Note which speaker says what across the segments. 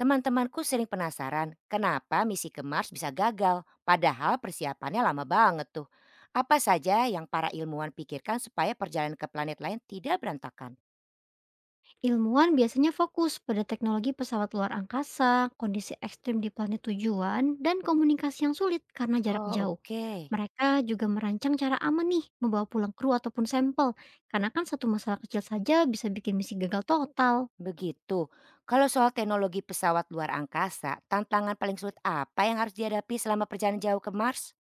Speaker 1: Teman-temanku sering penasaran kenapa misi ke Mars bisa gagal, padahal persiapannya lama banget tuh. Apa saja yang para ilmuwan pikirkan supaya perjalanan ke planet lain tidak berantakan?
Speaker 2: Ilmuwan biasanya fokus pada teknologi pesawat luar angkasa, kondisi ekstrim di planet tujuan, dan komunikasi yang sulit karena jarak
Speaker 1: Oh,
Speaker 2: jauh.
Speaker 1: oke,
Speaker 2: Mereka juga merancang cara aman nih membawa pulang kru ataupun sampel, karena kan satu masalah kecil saja bisa bikin misi gagal total.
Speaker 1: begitu. Kalau soal teknologi pesawat luar angkasa, tantangan paling sulit apa yang harus dihadapi selama perjalanan jauh ke Mars?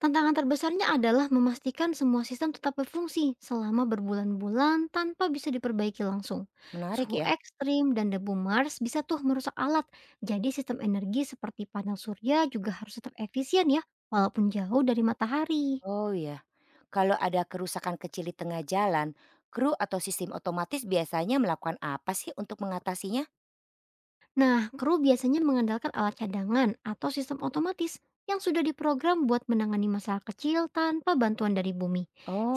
Speaker 2: Tantangan terbesarnya adalah memastikan semua sistem tetap berfungsi selama berbulan-bulan tanpa bisa diperbaiki langsung.
Speaker 1: Menarik
Speaker 2: Suhu
Speaker 1: ya.
Speaker 2: ekstrim dan debu Mars bisa tuh merusak alat, jadi sistem energi seperti panel surya juga harus tetap efisien ya, walaupun jauh dari matahari.
Speaker 1: Oh iya, kalau ada kerusakan kecil di tengah jalan, kru atau sistem otomatis biasanya melakukan apa sih untuk mengatasinya?
Speaker 2: Nah, kru biasanya mengandalkan alat cadangan atau sistem otomatis yang sudah diprogram buat menangani masalah kecil tanpa bantuan dari bumi.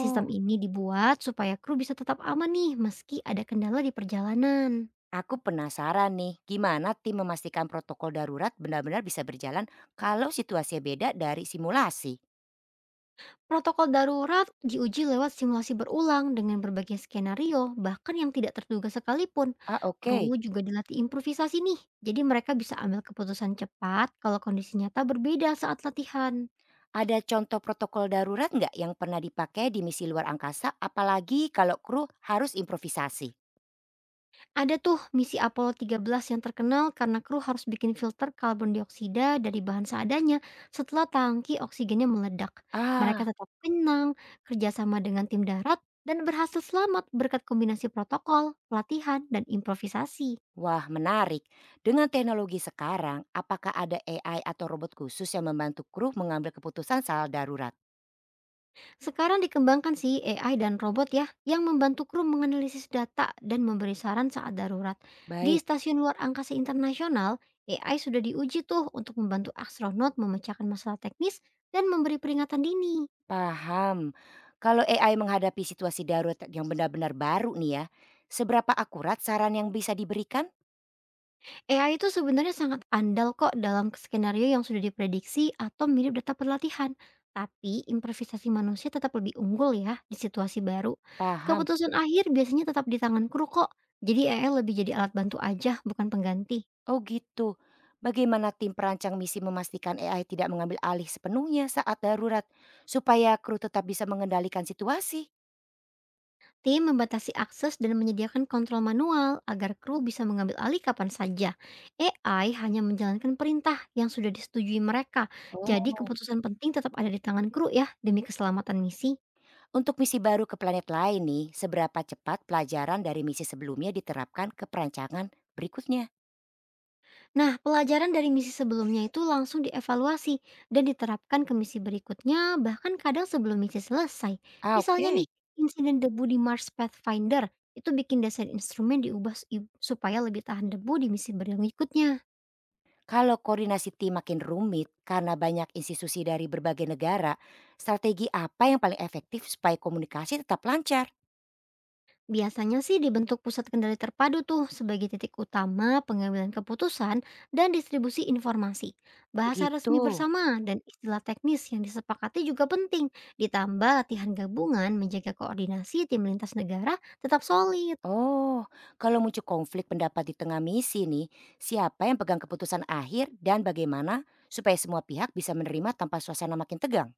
Speaker 2: Sistem ini dibuat supaya kru bisa tetap aman nih meski ada kendala di perjalanan.
Speaker 1: aku penasaran nih, gimana tim memastikan protokol darurat benar-benar bisa berjalan kalau situasinya beda dari simulasi?
Speaker 2: Protokol darurat diuji lewat simulasi berulang dengan berbagai skenario, bahkan yang tidak terduga sekalipun.
Speaker 1: Ah, oke,
Speaker 2: Kru juga dilatih improvisasi nih, jadi mereka bisa ambil keputusan cepat kalau kondisi nyata berbeda saat latihan.
Speaker 1: ada contoh protokol darurat nggak yang pernah dipakai di misi luar angkasa apalagi kalau kru harus improvisasi?
Speaker 2: Ada tuh misi Apollo 13 yang terkenal karena kru harus bikin filter karbon dioksida dari bahan seadanya setelah tangki oksigennya meledak. Mereka
Speaker 1: Ah,
Speaker 2: tetap tenang, kerjasama dengan tim darat, dan berhasil selamat berkat kombinasi protokol, pelatihan, dan improvisasi.
Speaker 1: wah menarik. Dengan teknologi sekarang, apakah ada AI atau robot khusus yang membantu kru mengambil keputusan saat darurat?
Speaker 2: Sekarang dikembangkan sih AI dan robot ya yang membantu kru menganalisis data dan memberi saran saat darurat. Di
Speaker 1: Baik.
Speaker 2: stasiun luar angkasa internasional, AI sudah diuji tuh untuk membantu astronot memecahkan masalah teknis dan memberi peringatan dini.
Speaker 1: Paham. Kalau AI menghadapi situasi darurat yang benar-benar baru nih ya, seberapa akurat saran yang bisa diberikan?
Speaker 2: AI itu sebenarnya sangat andal kok dalam skenario yang sudah diprediksi atau mirip data pelatihan. Tapi improvisasi manusia tetap lebih unggul ya di situasi baru.
Speaker 1: Paham.
Speaker 2: Keputusan akhir biasanya tetap di tangan kru kok. Jadi AI lebih jadi alat bantu aja, bukan pengganti.
Speaker 1: Oh gitu. Bagaimana tim perancang misi memastikan AI tidak mengambil alih sepenuhnya saat darurat supaya kru tetap bisa mengendalikan situasi?
Speaker 2: Tim membatasi akses dan menyediakan kontrol manual agar kru bisa mengambil alih kapan saja. AI hanya menjalankan perintah yang sudah disetujui mereka. Jadi
Speaker 1: Oh,
Speaker 2: keputusan penting tetap ada di tangan kru ya demi keselamatan misi.
Speaker 1: untuk misi baru ke planet lain nih, seberapa cepat pelajaran dari misi sebelumnya diterapkan ke perancangan berikutnya?
Speaker 2: Nah, pelajaran dari misi sebelumnya itu langsung dievaluasi dan diterapkan ke misi berikutnya, bahkan kadang sebelum misi selesai.
Speaker 1: Ah,
Speaker 2: Misalnya nih,
Speaker 1: oke.
Speaker 2: insiden debu di Mars Pathfinder itu bikin desain instrumen diubah supaya lebih tahan debu di misi berikutnya.
Speaker 1: Kalau koordinasi tim makin rumit karena banyak institusi dari berbagai negara, strategi apa yang paling efektif supaya komunikasi tetap lancar?
Speaker 2: Biasanya sih dibentuk pusat kendali terpadu tuh sebagai titik utama pengambilan keputusan dan distribusi informasi. Bahasa
Speaker 1: Begitu.
Speaker 2: resmi bersama dan istilah teknis yang disepakati juga penting. Ditambah latihan gabungan menjaga koordinasi tim lintas negara tetap solid.
Speaker 1: Oh, kalau muncul konflik pendapat di tengah misi nih, siapa yang pegang keputusan akhir dan bagaimana supaya semua pihak bisa menerima tanpa suasana makin tegang?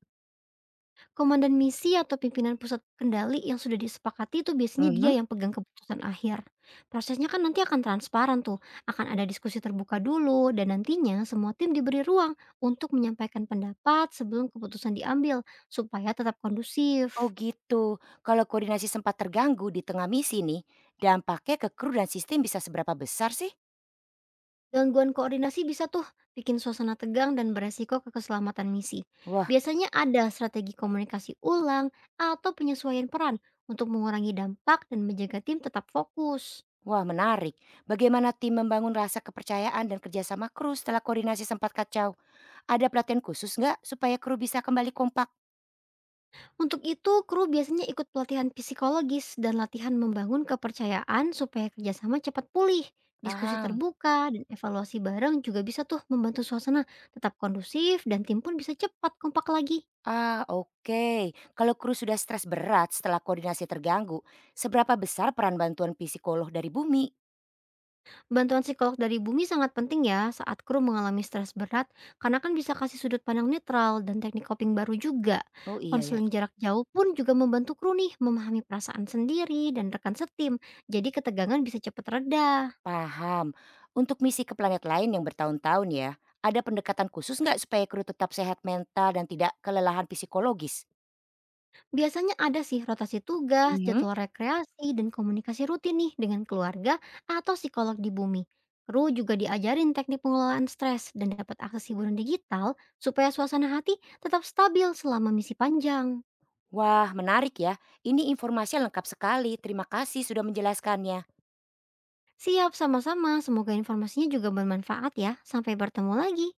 Speaker 2: Komandan misi atau pimpinan pusat kendali yang sudah disepakati itu biasanya dia
Speaker 1: Mhm.
Speaker 2: yang pegang keputusan akhir. Prosesnya kan nanti akan transparan tuh, akan ada diskusi terbuka dulu dan nantinya semua tim diberi ruang untuk menyampaikan pendapat sebelum keputusan diambil supaya tetap
Speaker 1: Oh
Speaker 2: kondusif.
Speaker 1: gitu, kalau koordinasi sempat terganggu di tengah misi nih, dampaknya ke kru dan sistem bisa seberapa besar sih?
Speaker 2: Gangguan koordinasi bisa tuh bikin suasana tegang dan beresiko ke keselamatan misi. Biasanya ada strategi komunikasi ulang atau penyesuaian peran untuk mengurangi dampak dan menjaga tim tetap fokus.
Speaker 1: Wah menarik. Bagaimana tim membangun rasa kepercayaan dan kerjasama kru setelah koordinasi sempat kacau? Ada pelatihan khusus nggak supaya kru bisa kembali kompak?
Speaker 2: Untuk itu, kru biasanya ikut pelatihan psikologis dan latihan membangun kepercayaan supaya kerjasama cepat pulih. Diskusi
Speaker 1: Paham.
Speaker 2: terbuka dan evaluasi bareng juga bisa tuh membantu suasana tetap kondusif dan tim pun bisa cepat kompak lagi.
Speaker 1: Ah, oke. Kalau kru sudah stres berat setelah koordinasi terganggu, seberapa besar peran bantuan psikolog dari bumi?
Speaker 2: Bantuan psikolog dari bumi sangat penting ya saat kru mengalami stres berat, karena kan bisa kasih sudut pandang netral dan teknik coping baru juga.
Speaker 1: Oh iya ya.
Speaker 2: Konseling jarak jauh pun juga membantu kru nih memahami perasaan sendiri dan rekan setim. Jadi ketegangan bisa cepat reda.
Speaker 1: Paham. Untuk misi ke planet lain yang bertahun-tahun ya, ada pendekatan khusus nggak supaya kru tetap sehat mental dan tidak kelelahan psikologis?
Speaker 2: Biasanya ada sih rotasi tugas,
Speaker 1: Mhm.
Speaker 2: jadwal rekreasi, dan komunikasi rutin nih dengan keluarga atau psikolog di bumi. Kru juga diajarin teknik pengelolaan stres dan dapat akses hiburan digital supaya suasana hati tetap stabil selama misi panjang.
Speaker 1: Wah, menarik ya. Ini informasi lengkap sekali. Terima kasih sudah menjelaskannya.
Speaker 2: Siap sama-sama, semoga informasinya juga bermanfaat ya. Sampai bertemu lagi.